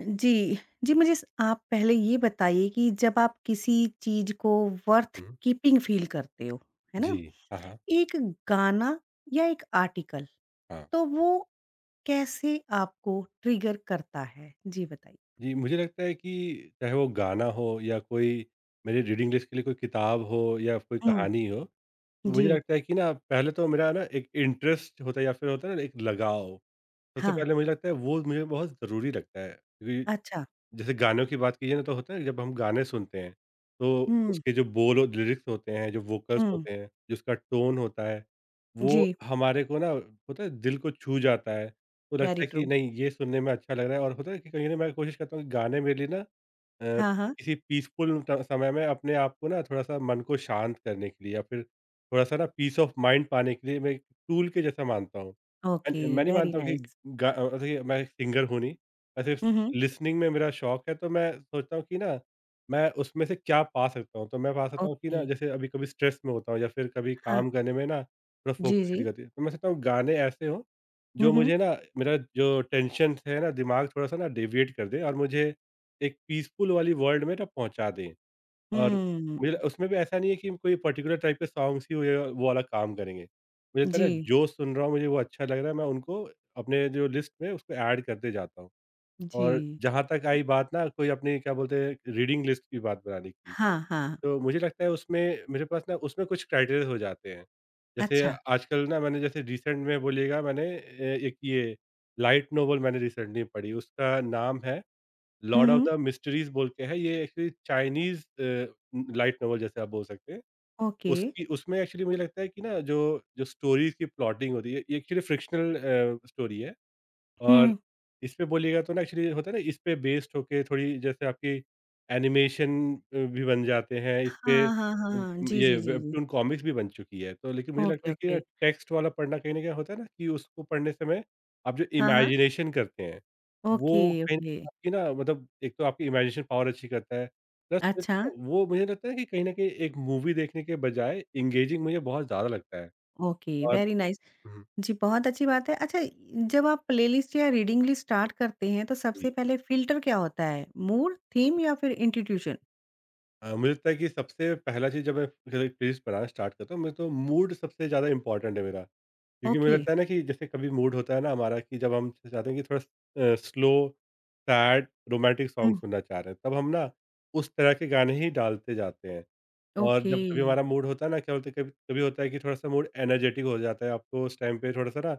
जी। जी, मुझे स आप पहले ये बताइए कि जब आप किसी चीज़ को वर्थ हुँ। कीपिंग फ़ील करते हो, है ना? जी। हाँ, हाँ, एक गाना या एक आर्टिकल, हाँ। तो वो कैसे आपको ट्रिगर करता है? जी बताइए। जी, मुझे लगता है कि चाहे वो गाना हो या कोई मेरी रीडिंग लिस्ट के लिए कोई किताब हो या कोई हुँ, कहानी हो, तो मुझे जी, लगता है कि ना पहले तो मेरा ना एक इंटरेस्ट होता है या फिर होता है ना एक लगाव। सबसे हाँ, पहले मुझे लगता है वो मुझे बहुत ज़रूरी लगता है, क्योंकि अच्छा। जैसे गानों की बात कीजिए ना, तो होता है जब हम गाने सुनते हैं, तो हुँ, उसके जो बोल और लिरिक्स होते हैं, जो वोकल्स हुँ, होते हैं, जो उसका टोन होता है, वो जी, हमारे को ना होता है, दिल को छू जाता है। तो वेरी लगता है ट्रू। कि नहीं, ये सुनने में अच्छा लग रहा है, और होता है कि कहीं न मैं कोशिश करता हूँ कि गाने मेरे लिए ना, अ, हाँ, हाँ, किसी पीसफुल ट समय में अपने आप को ना थोड़ा-सा मन को शांत करने के लिए या फिर थोड़ा-सा ना पीस ऑफ माइंड पाने के लिए मैं एक टूल के जैसा मानता हूँ। ओके, एंड मैं नहीं वेरी मानता हूँ कि नाइस। मतलब कि मैं एक सिंगर हूँ नहीं, मैं सिर्फ़ हुँ, हुँ, लिसनिंग में मेरा शौक है, तो मैं सोचता हूँ कि ना मैं उसमें से क्या पा सकता हूँ। तो मैं पा सकता हूँ कि ओके, ना, जैसे अभी कभी स्ट्रेस में होता हूँ या फिर कभी हाँ, काम करने में ना थोड़ा जी, फ़ोकस की जी। दिक्कत है। तो मैं सोचता हूँ गाने ऐसे हों हुँ, जो हुँ, मुझे ना, मेरा जो टेंशन है ना, दिमाग थोड़ा-सा ना डेविएट कर दे और मुझे एक पीसफुल वाली वर्ल्ड में ना पहुँचा दें। और हुँ, मुझे उसमें भी ऐसा नहीं है कि कोई पर्टिकुलर टाइप के सॉन्ग्स ही वो वो वाला काम करेंगे। मुझे लगता है ना, जी, जो सुन रहा हूँ मुझे वो अच्छा लग रहा है, मैं उनको अपने जो लिस्ट में उसको ऐड करते जाता हूँ। और जी। जहाँ तक आई बात ना, कोई अपनी क्या बोलते हैं रीडिंग लिस्ट की बात बनाने की, हाँ, हाँ, तो मुझे लगता है उसमें मेरे पास ना उसमें कुछ क्राइटेरिया हो जाते हैं। जैसे अच्छा। आजकल ना, मैंने जैसे रिसेंट में बोलिएगा, मैंने ए एक ये लाइट नोवेल मैंने रिसेंटली पढ़ी, उसका नाम है हुँ, लॉर्ड ऑफ हुँ। द मिस्ट्रीज़ बोल के है, ये एक्चुअली चाइनीज़ लाइट नॉवल जैसे आप बोल सकते हैं। ओके, उसकी उसमें एक्चुअली मुझे लगता है कि ना जो जो स्टोरीज़ की प्लॉटिंग होती है, ये एक्चुअली फ्रिक्शनल स्टोरी है। और हुँ। इसपे बोलिएगा तो ना एक्चुअली होता है ना, इसपे बेस्ड होके थोड़ी जैसे आपकी एनिमेशन भी बन जाते हैं, इसपे हाँ, हाँ, हाँ, उ हाँ। जी, ये जी, जी, जी। वेबटून कॉमिक्स भी बन चुकी है। तो लेकिन मुझे लगता ओके, है कि ये ओके। टेक्स्ट वाला पढ़ना कहीं न कहीं होता है ना कि उसको पढ़ने समय आप जो हाँ, हाँ। इमेजिनेशन करते हैं, ओके, वो कहीं न ओके। कहीं आपकी ना, मतलब एक तो आपकी इमेजिनेशन पावर अच्छी करता है, प्लस फिर अच्छा, वो मुझे लगता है कि कहीं न कहीं एक मूवी देखने के बजाय एंगेजिंग मुझे बहुत ज़्यादा लगता है। ओके, और। Very nice. हुँ, जी, बहुत अच्छी बात है। अच्छा, जब आप प्लेलिस्ट या रीडिंग लिस्ट स्टार्ट करते हैं, तो सबसे जी। पहले फ़िल्टर क्या होता है? मूड, थीम या फिर इंस्टीट्यूशन? मुझे लगता है कि सबसे पहला चीज़, जब मैं रील्स बनाना स्टार्ट करता हूँ, मैं तो मूड सबसे ज़्यादा इम्पोर्टेंट है मेरा। क्योंकि मुझे ओके। लगता है ना कि जैसे कभी मूड होता है ना हमारा कि जब हम चाहते हैं कि थोड़ा स्लो, सैड, रोमांटिक सॉन्ग हुँ, सुनना चाह रहे हैं, तब हम ना उस तरह के गाने ही डालते जाते हैं। और ओके। जब कभी हमारा मूड होता है ना, क्या बोलते हैं, कभी कभी होता है कि थोड़ा-सा मूड एनर्जेटिक हो जाता है, आपको उस टाइम पे थोड़ा-सा ना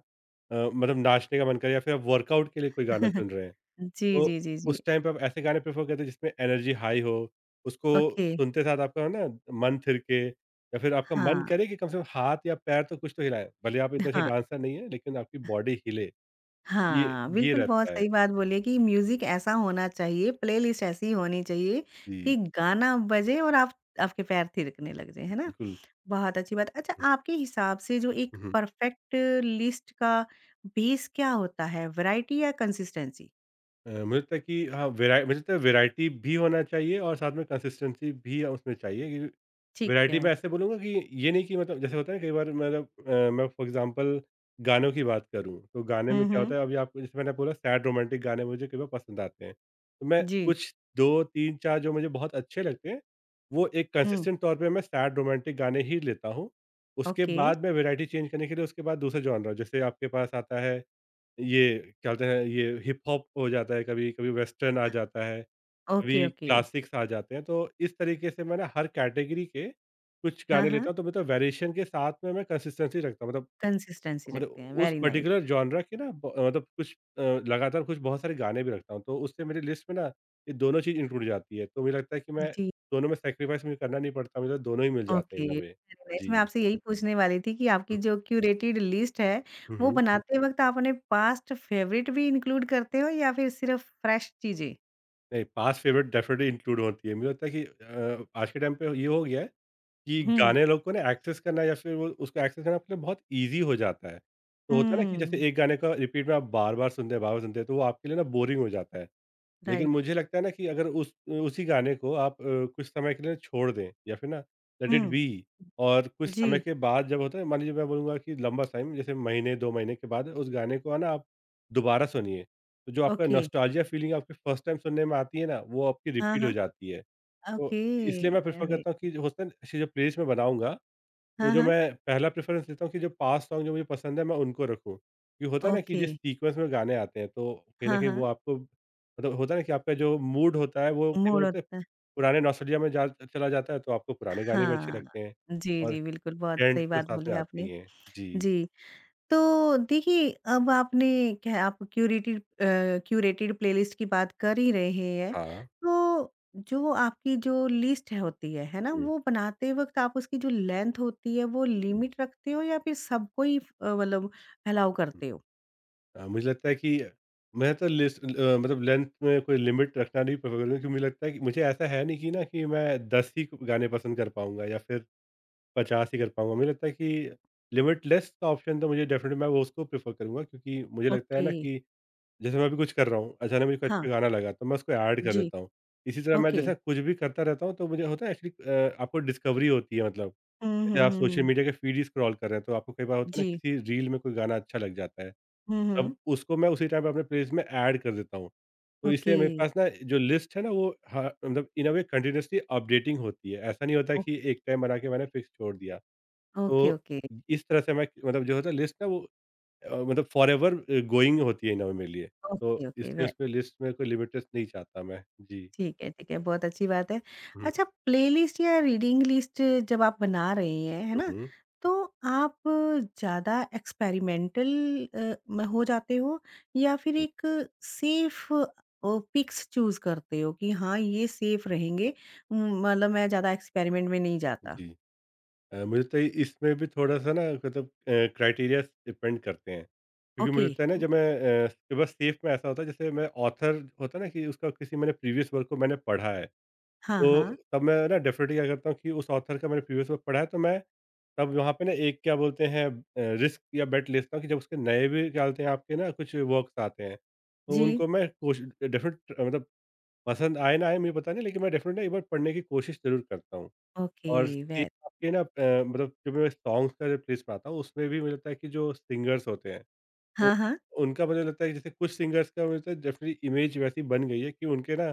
मतलब नाचने का मन करे या फिर आप वर्कआउट के लिए कोई गाना चुन रहे हैं। जी, तो जी, जी, जी। उस टाइम पे आप ऐसे गाने प्रेफ़र करते हैं जिसमें एनर्जी हाई हो, उसको ओके, सुनते साथ आपका ना मन थिरके या फिर आपका मन हाँ, करे कि कम से कम हाथ या पैर तो कुछ तो हिलाएँ। भले आप इतने अच्छे हाँ। डांसर नहीं हैं, लेकिन आपकी बॉडी हिले, ये हाँ, ये बिल्कुल, बहुत रहता है। सही बात बोली है कि म्यूज़िक ऐसा होना चाहिए, प्लेलिस्ट ऐसी होनी चाहिए कि जी, गाना बजे और आप आपके पैर थिरकने लग जाएँ, है ना? बिल्कुल। बहुत अच्छी बात। अच्छा, हुँ, आपके हिसाब से जो एक हुँ। परफेक्ट लिस्ट का बेस क्या होता है, वैरायटी या कंसिस्टेंसी? मुझे लगता है कि हाँ, वेराइ मुझे लगता है वेराइटी भी होना चाहिए और साथ में कंसिस्टेंसी भी उसमें चाहिए, क्योंकि ठीक वैराइटी है। मैं ऐसे बोलूँगा कि ये नहीं कि मतलब जैसे होता है ना कई बार मतलब मैं फॉर एग्ज़ाम्पल गानों की बात करूँ, तो गाने में हुँ, क्या होता हुँ। है, अभी आपको जैसे मैंने बोला सैड रोमांटिक गाने मुझे कई बार पसंद आते हैं। तो मैं जी। कुछ 2, 3, 4 जो मुझे बहुत अच्छे लगते हैं, वो एक हुँ, कंसिस्टेंट तौर पे मैं सैड रोमांटिक गाने ही लेता हूँ। उसके ओके। बाद मैं वैराइटी चेंज करने के लिए उसके बाद दूसरे जॉनर जैसे आपके पास आता है, ये क्या बोलते हैं, ये हिप हॉप हो जाता है कभी, कभी वेस्टर्न आ जाता है। ओके, कभी ओके। क्लासिक्स आ जाते हैं, तो इस तरीके से मैं ना हर कैटेगरी के कुछ हाँ, गाने लेता हाँ। हूँ, तो मतलब वेरिएशन के साथ में मैं कंसिस्टेंसी रखता हूँ, मतलब कंसिस्टेंसी मतलब रखते हैं, उस वेरी नाइस। पर्टिकुलर जॉनरा के ना, मतलब कुछ लगातार कुछ बहुत सारे गाने भी रखता हूँ, तो उससे मेरी लिस्ट में ना ये दोनों चीज़ इंक्लूड जाती है, तो मुझे लगता है कि मैं जी। दोनों में सेक्रीफाइस मुझे करना नहीं पड़ता, मुझे तो दोनों ही मिल जाते ओके, हैं ना। वे वेरी नाइस मैं जी। आपसे यही पूछने वाली थी कि आपकी जो क्यूरेटेड लिस्ट है, हम्म, वो हम्म। बनाते वक़्त आप अपने पास्ट फ़ेवरेट भी इंक्लूड करते हो या फिर सिर्फ़ फ्रेश चीज़ें? नहीं, पास्ट फेवरेट डेफिनेटली इंक्लूड होती है, मुझे लगता है कि आज के टाइम पे ये हो गया है कि हुँ, गाने लोग को ना एक्सेस करना या फिर वो उसको एक्सेस करना आपके लिए बहुत ईज़ी हो जाता है। तो होता है ना कि जैसे हुँ, एक गाने का रिपीट में आप बार-बार सुनते हैं, तो वो आपके लिए ना बोरिंग हो जाता है। लेकिन राइट, मुझे लगता है ना कि अगर उस उसी गाने को आप कुछ समय के लिए छोड़ दें या फिर ना लेट इट हुँ। बी, और कुछ समय जी, के बाद जब होता है, मान लीजिए, मैं बोलूँगा कि लंबा टाइम, जैसे महीने 2 महीने के बाद उस गाने को है ना, आप दोबारा सुनिए। तो जो आपका ओके, नॉस्टैल्जिया फीलिंग आपके फर्स्ट टाइम सुनने में आती है ना, वो आपकी हाँ, रिपीट हो हाँ, जाती है। तो ओके, इसलिए मैं प्रेफ़र अरे! करता हूँ कि जो होता है ना, ऐसी जो प्लेलिस्ट मैं बनाऊँगा, हाँ, तो जो हाँ, मैं पहला प्रेफ़रेंस देता हूँ कि जो पास्ट सॉन्ग जो मुझे पसंद है, मैं उनको रखूँ। ये होता है ना कि ओके, जिस सीक्वेंस में गाने आते हैं, तो कहीं न हाँ, कहीं वो हाँ, आपको मतलब होता है ना कि आपका जो मूड होता है वो कई बार मूड होता है होता है पुराने नॉस्टैल्जिया में जा चला जाता है, तो आपको पुराने गाने भी अच्छे हाँ, लगते हैं। जी, और जी, बिल्कुल, बहुत ट्रेंड सही तो बात साथ बोली में आते ही आपने। हैं। जी, जी। तो देखिए, अब आपने क्या आप क्यूरेटेड प्लेलिस्ट की बात कर ही रहे हैं, हाँ। तो जो आपकी जो लिस्ट है होती है ना? हुँ, हुँ। वो बनाते वक़्त आप उसकी जो लेंथ होती है, वो जी। लिमिट रखते हो या फिर सबको ही मतलब एलाउ करते हो? मुझे लगता है कि मैं तो लिस्ट मतलब लेंथ में कोई लिमिट रखना नहीं प्रेफ़र करूँगा, क्योंकि मुझे लगता है कि मुझे ऐसा है नहीं कि ना कि मैं 10 ही गाने पसंद कर पाऊँगा या फिर 50 ही कर पाऊँगा। मुझे लगता है कि लिमिटलेस का ऑप्शन तो मुझे डेफ़िनेटली, मैं वो उसको प्रेफ़र करूँगा, क्योंकि मुझे लगता है ओके, ना कि जैसे मैं अभी कुछ कर रहा हूँ, अचानक मुझे कोई हाँ, अच्छा गाना लगा, तो मैं उसको ऐड कर जी, देता हूँ। इसी तरह मैं ओके। जैसे कुछ भी करता रहता हूँ तो मुझे होता है एक्चुअली आपको डिस्कवरी होती है मतलब। हुँ, हुँ, जैसे आप हुँ, सोशल हुँ। मीडिया के फ़ीड ही स्क्रॉल कर रहे हैं, तो आपको कई बार होता है ना, जी। किसी रील में कोई गाना अच्छा लग जाता है। हुँ, तब हुँ। उसको मैं उसी टाइम पे अपने प्लेलिस्ट में ऐड कर देता हूँ। तो ओके, इससे मेरे पास ना जो लिस्ट है ना, वो ह मतलब इन अ वे कंटीन्यूअसली अपडेटिंग होती है। ऐसा नहीं होता है ओ कि एक टाइम बना के मैंने फिक्स छोड़ दिया। ओके, तो ओके, इस तरह से मैं मतलब जो होता है लिस्ट ना, वो मतलब फॉरएवर गोइंग होती है इन अ वे मेरे लिए। तो ओके, ओके, इसलिए वे उसमें लिस्ट में कोई लिमिटेशन नहीं चाहता मैं। जी। ठीक है, बहुत अच्छी बात है। हुँ, अच्छा प्लेलिस्ट या रीडिंग लिस्ट जब आप बना रहे हैं, है हुँ, ना? हुँ। तो आप ज़्यादा एक्सपेरिमेंटल अ, म हो जाते हो या फिर जी, एक सेफ पिक्स चूज़ करते हो कि हाँ, ये सेफ रहेंगे मतलब मैं ज़्यादा एक्सपेरिमेंट में नहीं जाता? जी। मुझे लगता है इसमें भी थोड़ा-सा ना, मतलब क्राइटेरियाज़ डिपेंड करते हैं। क्योंकि मुझे ओके। लगता है ना, जब मैं कई बार सेफ में ऐसा होता है, जैसे मैं ऑथर होता है ना कि उसका किसी मैंने प्रीवियस वर्क को मैंने पढ़ा है, हाँ, तो हाँ। तब मैं ना डेफ़िनेटली क्या करता हूँ कि उस ऑथर का मैंने प्रीवियस वर्क पढ़ा है, तो मैं तब वहाँ पे ना एक क्या बोलते हैं, रिस्क या बेट लेता हूँ कि जब उसके नए भी क्या बोलते हैं आपके ना कुछ वर्क्स आते हैं, तो जी, उनको मैं कोश डेफ़िनेट मतलब पसंद आए ना आए मुझे पता नहीं, लेकिन मैं डेफ़िनेटली एक बार पढ़ने की कोशिश ज़रूर करता हूँ। ओके, और सेम वे आपके ना मतलब जब मैं सॉन्ग्स का, जब प्लेलिस्ट बनाता हूँ, उसमें भी मुझे लगता है कि जो सिंगर्स होते हैं, उ हाँ, हाँ, उनका मुझे लगता है कि जैसे कुछ सिंगर्स का मुझे लगता है डेफ़िनेटली इमेज वैसी बन गई है कि उनके ना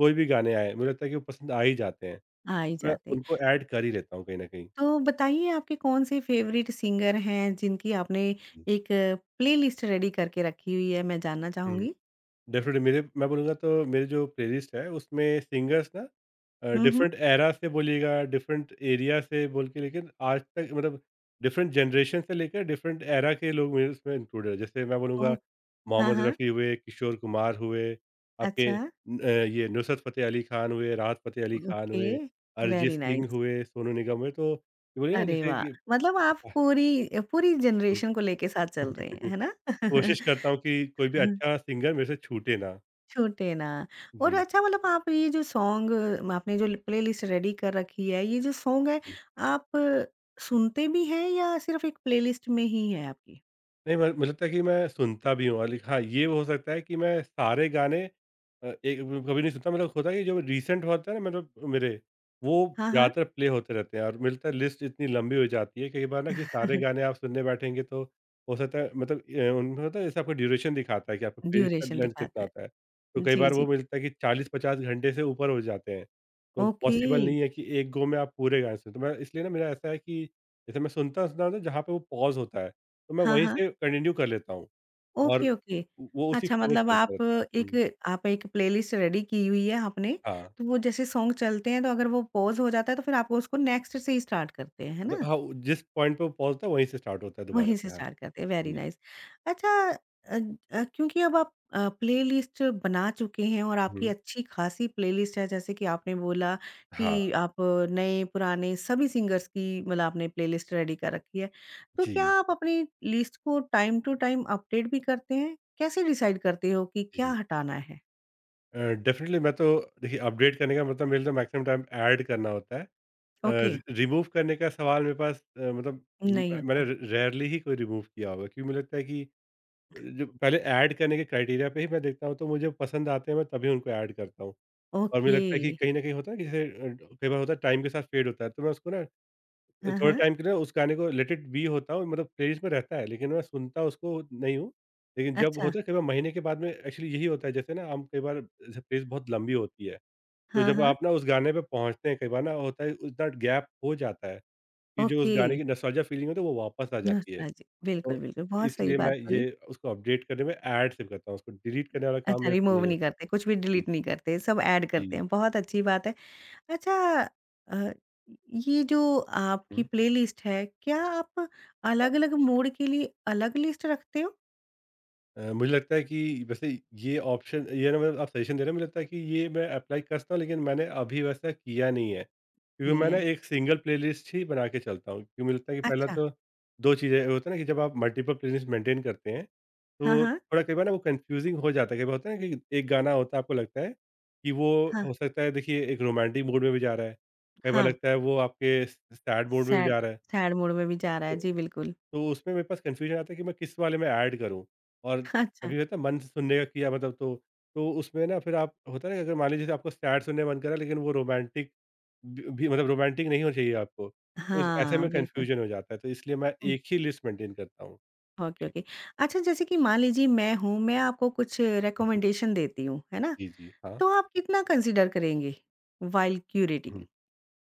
कोई भी गाने आएँ, मुझे लगता है कि वो पसंद आ ही जाते हैं। आ ही मैं जाते हैं। उनको ऐड कर ही लेता हूँ कहीं न कहीं। तो बताइए आपके कौन से फ़ेवरेट सिंगर हैं जिनकी आपने जी। एक प्लेलिस्ट रेडी करके रखी हुई है मैं जानना हुँ, चाहूँगी? डेफ़िनेटली, मेरे मैं बोलूँगा तो मेरी जो प्लेलिस्ट है, उसमें सिंगर्स ना हुँ, हुँ। डिफरेंट एरा से बोलिएगा, डिफरेंट एरिया से बोल के लेकिन आज तक मतलब डिफरेंट जनरेशन से लेकर डिफरेंट एरा के लोग मेरे उसमें इंक्लूडेड है। जैसे मैं बोलूँगा ओह! हाँ, मोहम्मद हाँ। रफ़ी हुए, किशोर कुमार हुए, आपके अच्छा, न अ, ये नुसरत फ़तेह अली खान हुए, राहत फ़तेह अली खान ओके, हुए, अरिजीत वेरी सिंह नाइस। हुए, सोनू निगम हुए, तो ये बोलिए ना अरे जैसे वाह! कि। मतलब आप पूरी पूरी जनरेशन को लेके साथ चल रहे हैं, है ना? कोशिश करता हूँ कि कोई भी अच्छा सिंगर मेरे से छूटे ना। छूटे ना और जी। अच्छा मतलब आप ये जो सॉन्ग आपने जो प्लेलिस्ट रेडी कर रखी है, ये जो सॉन्ग है आप सुनते भी हैं या सिर्फ़ एक प्लेलिस्ट में ही है आपकी? नहीं, म मुझे लगता है कि मैं सुनता भी हूँ और लेक हाँ, ये हो सकता है कि मैं सारे गाने एक कभी नहीं सुनता। मतलब होता है कि जो रिसेंट होता है ना मतलब मेरे, वो हाँ, हाँ। ज़्यादातर प्ले होते रहते हैं, और मिलता है लिस्ट इतनी लंबी हो जाती है कई बार ना कि सारे गाने आप सुनने बैठेंगे, तो हो सकता है मतलब उनमें होता है जैसे आपका ड्यूरेशन दिखाता है कि आपका प्लेलिस्ट का ड्यूरेशन लेंथ दिखाता कितना आता है। तो है। कई जी, बार वो जी। मिलता है कि 40-50 घंटे से ऊपर हो जाते हैं। तो ओके। पॉसिबल नहीं है कि एक गो में आप पूरे गाने सुनें। तो मैं इसलिए ना मेरा ऐसा है कि जैसे मैं सुनता-सुनता हूँ ना जहाँ पे वो पॉज़ होता है, तो मैं हाँ, वहीं हाँ। से कंटिन्यू कर लेता हूँ ओके, और ओके। वो उसी अच्छा फ्लो में मतलब चलता रहता है। एक हुँ, आप एक प्लेलिस्ट रेडी की हुई है आपने, हाँ, तो वो जैसे सॉन्ग चलते हैं तो अगर वो पॉज़ हो जाता है तो फिर आप उसको नेक्स्ट से ही स्टार्ट करते हैं, है मतलब ना? हाँ, वो जिस पॉइंट पे वो पॉज़ था वहीं से स्टार्ट होता है दोबारा वहीं से से। हाँ, स्टार्ट करते हैं, वेरी जी। नाइस। अच्छा अ क्योंकि अब आप प्लेलिस्ट बना चुके हैं और आपकी हुँ, अच्छी खासी प्लेलिस्ट है जैसे कि आपने बोला हाँ, कि आप नए, पुराने सभी सिंगर्स की मतलब आपने प्लेलिस्ट रेडी कर रखी है। तो क्या जी, आप अपनी लिस्ट को टाइम टू टाइम अपडेट भी करते हैं? कैसे डिसाइड करते हो कि क्या जी। हटाना है? अ, डेफ़िनिटली मैं तो देखिए, अपडेट करने का मतलब मेरे लिए मैक्सिमम टाइम ऐड करना होता है। ओके, अ, रिमूव करने का सवाल मेरे पास मतलब म नहीं मैंने होता। रेयरली ही कोई रिमूव किया होगा, क्योंकि मुझे लगता है कि जो पहले ऐड करने के क्राइटेरिया पे ही मैं देखता हूँ तो मुझे पसंद आते हैं, मैं तभी उनको ऐड करता हूँ। और मुझे ओके, लगता है कि कहीं न कहीं होता है कि जैसे कई बार होता है टाइम के साथ फेड होता है, तो मैं उसको ना हाँ, थोड़े हाँ। टाइम के लिए उस गाने को लेट इट बी होता हूँ, मतलब प्लेलिस्ट में रहता है, लेकिन मैं सुनता उसको नहीं हूँ। लेकिन जब अच्छा, होता है कई बार महीने के बाद में, एक्चुअली यही होता है, जैसे ना हम कई बार जैसे प्लेलिस्ट बहुत लंबी होती है, तो हाँ, जब हाँ। आप ना उस गाने पे पहुँचते हैं कई बार ना होता है इतना गैप हो जाता है कि जो उस ओके, गाने की नॉस्टैल्जिया फीलिंग होती है वो वापस आ जाती है। नॉस्टैल्जिक तो बिल्कुल, बिल्कुल, बहुत सही इसलिए बात मैं बोली। ये उसको अपडेट करने में ऐड सेव करता हूँ, उसको डिलीट करने वाला काम अच्छा, मेरे से रिमूव नहीं नहीं होता। करते, कुछ भी जी, डिलीट नहीं करते, सब ऐड करते जी। हैं, बहुत अच्छी बात है। अच्छा अ, ये जो आपकी हुँ। प्लेलिस्ट है, क्या आप अलग-अलग मूड के लिए अलग लिस्ट रखते हो? मुझे लगता है कि वैसे ये ऑप्शन, ये ना मतलब आप सजेशन दे रहे हैं, मुझे लगता है कि ये मैं अप्लाई कर सकता हूँ, लेकिन मैंने अभी वैसा किया नहीं है, क्योंकि नहीं मैं ना है। एक सिंगल प्लेलिस्ट ही बना के चलता हूँ, क्योंकि मुझे लगता है कि पहला अच्छा, तो दो चीज़ें होता है ना कि जब आप मल्टीपल प्लेलिस्ट मेंटेन करते हैं हाँ, तो हाँ, थोड़ा कई बार ना वो कंफ्यूजिंग हो जाता है। कई बार होता है ना कि एक गाना होता है, आपको लगता है कि वो हाँ, हो सकता है, देखिए, एक रोमांटिक मूड में भी जा रहा है, कई बार हाँ, लगता है वो आपके सैड मूड में भी सैड जा रहा है, सैड मूड में भी जा रहा तो है, जी बिल्कुल। तो उसमें मेरे पास कन्फ्यूज़न आता है कि मैं किस वाले में ऐड करूँ। और अच्छा, कभी होता है मन से सुनने का किया मतलब, तो उसमें ना फिर आप होता है ना कि अगर मान लीजिए जैसे आपको सैड सुनने का मन करा, लेकिन वो रोमांटिक मतलब रोमांटिक नहीं होना चाहिए आपको, तो ऐसे हाँ, में बिल्कुल। कन्फ्यूजन हो जाता है, तो इसलिए मैं हुँ, एक ही लिस्ट मेंटेन करता हूँ। ओके, जी। ओके। अच्छा जैसे कि मान लीजिए मैं हूँ, मैं आपको कुछ हम्म, रिकमेंडेशन देती हूँ, है ना? जी, जी, हाँ। तो आप कितना कंसीडर करेंगे व्हाइल क्यूरेटिंग? हम्म।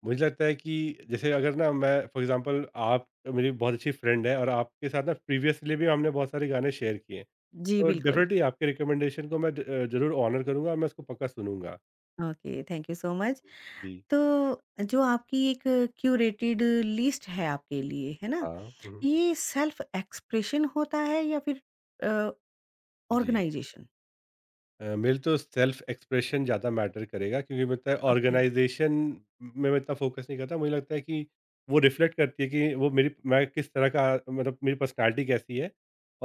मुझे लगता है कि जैसे अगर ना मैं फॉर एग्जांपल, आप मेरी बहुत अच्छी फ्रेंड है और आपके साथ ना प्रीवियसली भी हमने बहुत सारे गाने शेयर किए हैं, जी, तो बिल्कुल। डेफिनेटली आपके रिकमेंडेशन को मैं जरूर ऑनर करूंगा और मैं उसको पक्का सुनूंगा। Okay thank you so much जी। तो जो आपकी एक क्यूरेटेड लिस्ट है आपके लिए है ना हाँ, हुँ। ये सेल्फ एक्सप्रेशन होता है या फिर जी। ऑर्गेनाइजेशन मेरे तो सेल्फ एक्सप्रेशन ज़्यादा मैटर करेगा, क्योंकि मुझे लगता है ओके ऑर्गनाइज़ेशन में मैं इतना फोकस नहीं करता। मुझे लगता है कि वो रिफ्लेक्ट करती है कि वो मेरी, मैं किस तरह का, मतलब मेरी पर्सनैलिटी कैसी है,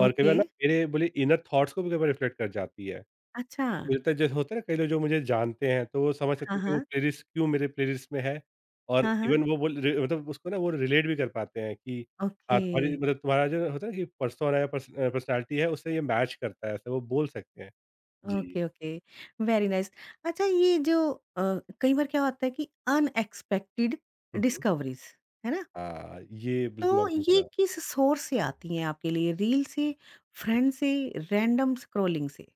और कई ओके बार ना मेरे बोलिए इनर थॉट्स को भी कई बार रिफ्लेक्ट कर जाती है। अच्छा मिलता है जैसे होता है ना, कई लोग जो मुझे जानते हैं तो वो समझ हाँ सकते हैं कि वो हाँ प्लेलिस्ट क्यों मेरे प्लेलिस्ट में है, और हाँ हाँ इवन वो मतलब उसको ना वो रिलेट भी कर पाते हैं कि हाँ, ओके तुम्हारी मतलब तुम्हारा जो होता है ना कि पर्सोना या पर्सनैलिटी है उससे ये मैच करता है, ऐसा वो बोल सकते हैं। जी। ओके ओके वेरी नाइस अच्छा ये जो अ, कई बार क्या होता है कि अनएक्सपेक्टेड हम्म, हम्म। डिस्कवरीज है ना हाँ, ये तो बिल्कुल आपने ये बोला। किस सोर्स से आती हैं आपके लिए रील से फ्रेंड से रैंडम स्क्रॉलिंग से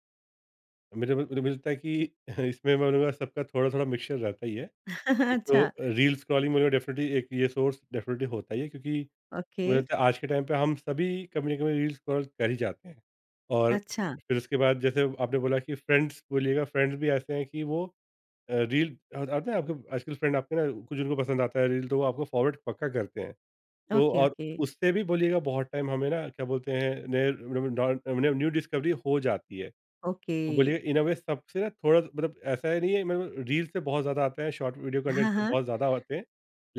मेरे मुझे मिलता है कि इसमें मैं बोलूँगा सबका थोड़ा थोड़ा मिक्सचर रहता ही है। एक तो अच्छा रील स्क्रॉलिंग में डेफिनेटली एक ये सोर्स डेफिनेटली होता ही है, क्योंकि ओके, मुझे लगता है आज के टाइम पे हम सभी कभी ना कभी रील्स स्क्रॉल कर ही जाते हैं। और अच्छा, फिर उसके बाद जैसे आपने बोला कि फ्रेंड्स, बोलिएगा फ्रेंड्स भी ऐसे हैं कि वो रील आते हैं आपके आजकल, फ्रेंड आपके ना कुछ उनको पसंद आता है रील, तो वो आपको फॉरवर्ड पक्का करते हैं। तो ओके, और ओके, उससे भी बोलिएगा बहुत टाइम हमें ना, क्या बोलते हैं, मतलब न्यू डिस्कवरी हो जाती है। ओके। तो बोलिए इन अ वे, सबसे ना थोड़ा, मतलब ऐसा ही नहीं है, मतलब रील से बहुत ज़्यादा आते हैं, शॉर्ट वीडियो कंटेंट हाँ, से हाँ, बहुत ज़्यादा आते हैं,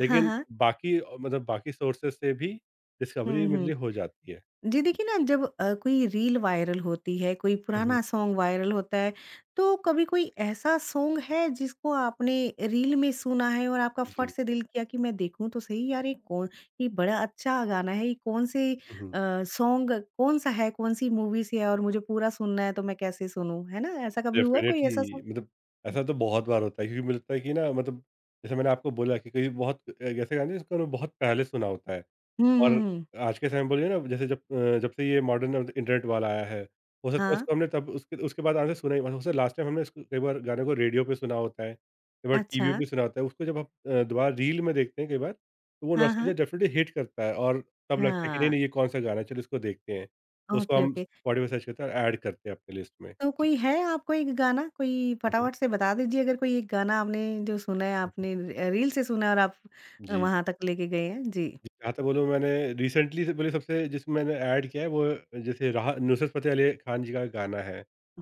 हाँ, हाँ। बाकी मतलब बाकी सोर्सेज़ से भी डिस्कवरी हुँ, मेरे हुँ। लिए हो जाती है। जी, देखिए ना जब कोई रील वायरल होती है, कोई हुँ, हुँ, पुराना सॉन्ग वायरल होता है, तो कभी कोई ऐसा सॉन्ग है जिसको आपने रील में सुना है और आपका फट जी। से दिल किया कि मैं देखूँ तो सही यार ये कौन ये बड़ा अच्छा गाना है, ये कौन से हुँ, हुँ। सॉन्ग कौन-सा है, कौन-सी मूवी से है और मुझे पूरा सुनना है तो मैं कैसे सुनूँ, है ना? ऐसा कभी हुआ कोई ऐसा डेफ़िनिटली, सॉन्ग? मतलब ऐसा तो बहुत बार होता है, क्योंकि मुझे लगता है कि ना, मतलब जैसे मैंने आपको बोला कि कई बहुत ऐसे गाने जिसको मैंने बहुत पहले सुना होता है। हुँ, हुँ, और हुँ। आज के समय में बोलिए ना, जैसे जब से ये मॉडर्न अब इंटरनेट वाला आया है, हो सकता है हाँ, उसको हमने तब उसके उसके बाद आज तक सुना ही हो सकता है, लास्ट टाइम हमने इसको, कई बार गाने को रेडियो पे सुना होता है, कई बार अच्छा। टीवी पे सुना होता है, उसको जब आप दोबारा रील में देखते हैं कई बार, तो वो हाँ, नॉस्टैल्जिया हाँ। डेफ़िनिटली हिट करता है। और तब लगता है कि हाँ, नहीं-नहीं, ये कौन-सा गाना है, चलो इसको देखते हैं। तो उसको ओके, हम ओके। स्पॉटिफ़ाई सर्च करते हैं और ऐड करते हैं अपनी लिस्ट में। तो जी। कोई है आपको एक गाना कोई हुँ, हुँ, फटाफट से बता दीजिए अगर कोई एक गाना आपने जो सुना है हुँ, हुँ। आपने री रील से सुना है और आप जी, जी। वहाँ तक लेके गए हैं? जी। जहाँ तक बोलूँ, मैंने रिसेंटली से बोलिए सबसे जिसमें मैंने ऐड किया है वो, जैसे राह नुसरत फ़तेह अली खान जी का गाना है।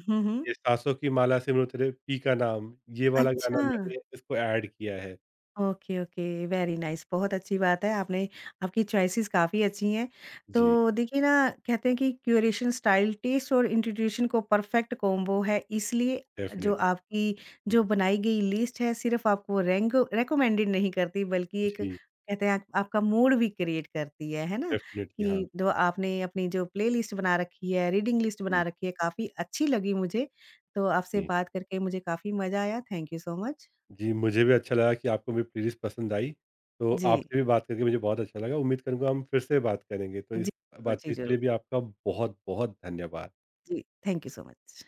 हुँ, हुँ। ये सासों की माला से मिलूँ तेरे पी का नाम, ये वाला गाना अच्छा। मैंने इसको ऐड किया है। ओके, ओके, वेरी नाइस बहुत अच्छी बात है आपने आपकी चॉइसेस काफ़ी अच्छी हैं। जी, तो देखिए ना कहते हैं कि क्यूरेशन स्टाइल, टेस्ट और इंट्यूशन को परफेक्ट कॉम्बो है इसलिए जो डेफ़िनिटली। आपकी हुँ, जो हुँ। बनाई गई लिस्ट है सिर्फ़ आपको रेंग रिकमेंडेड नहीं करती बल्कि एक जी, कहते हैं आप आपका मूड भी क्रिएट करती है ना? डेफ़िनिटली हाँ। कि जो आपने अपनी जो प्लेलिस्ट बना रखी है, रीडिंग लिस्ट बना जी, रखी है काफ़ी अच्छी लगी मुझे। तो आपसे जी। बात करके मुझे काफ़ी मज़ा आया थैंक यू सो मच। जी, मुझे भी अच्छा लगा कि आपको मेरी प्लेलिस्ट पसंद आई। तो जी। आपसे भी बात करके मुझे बहुत अच्छा लगा। उम्मीद करूँगा हम फिर से बात करेंगे। तो इस Jijo, बातचीत के Jijo, लिए भी आपका बहुत-बहुत धन्यवाद। thank you so much.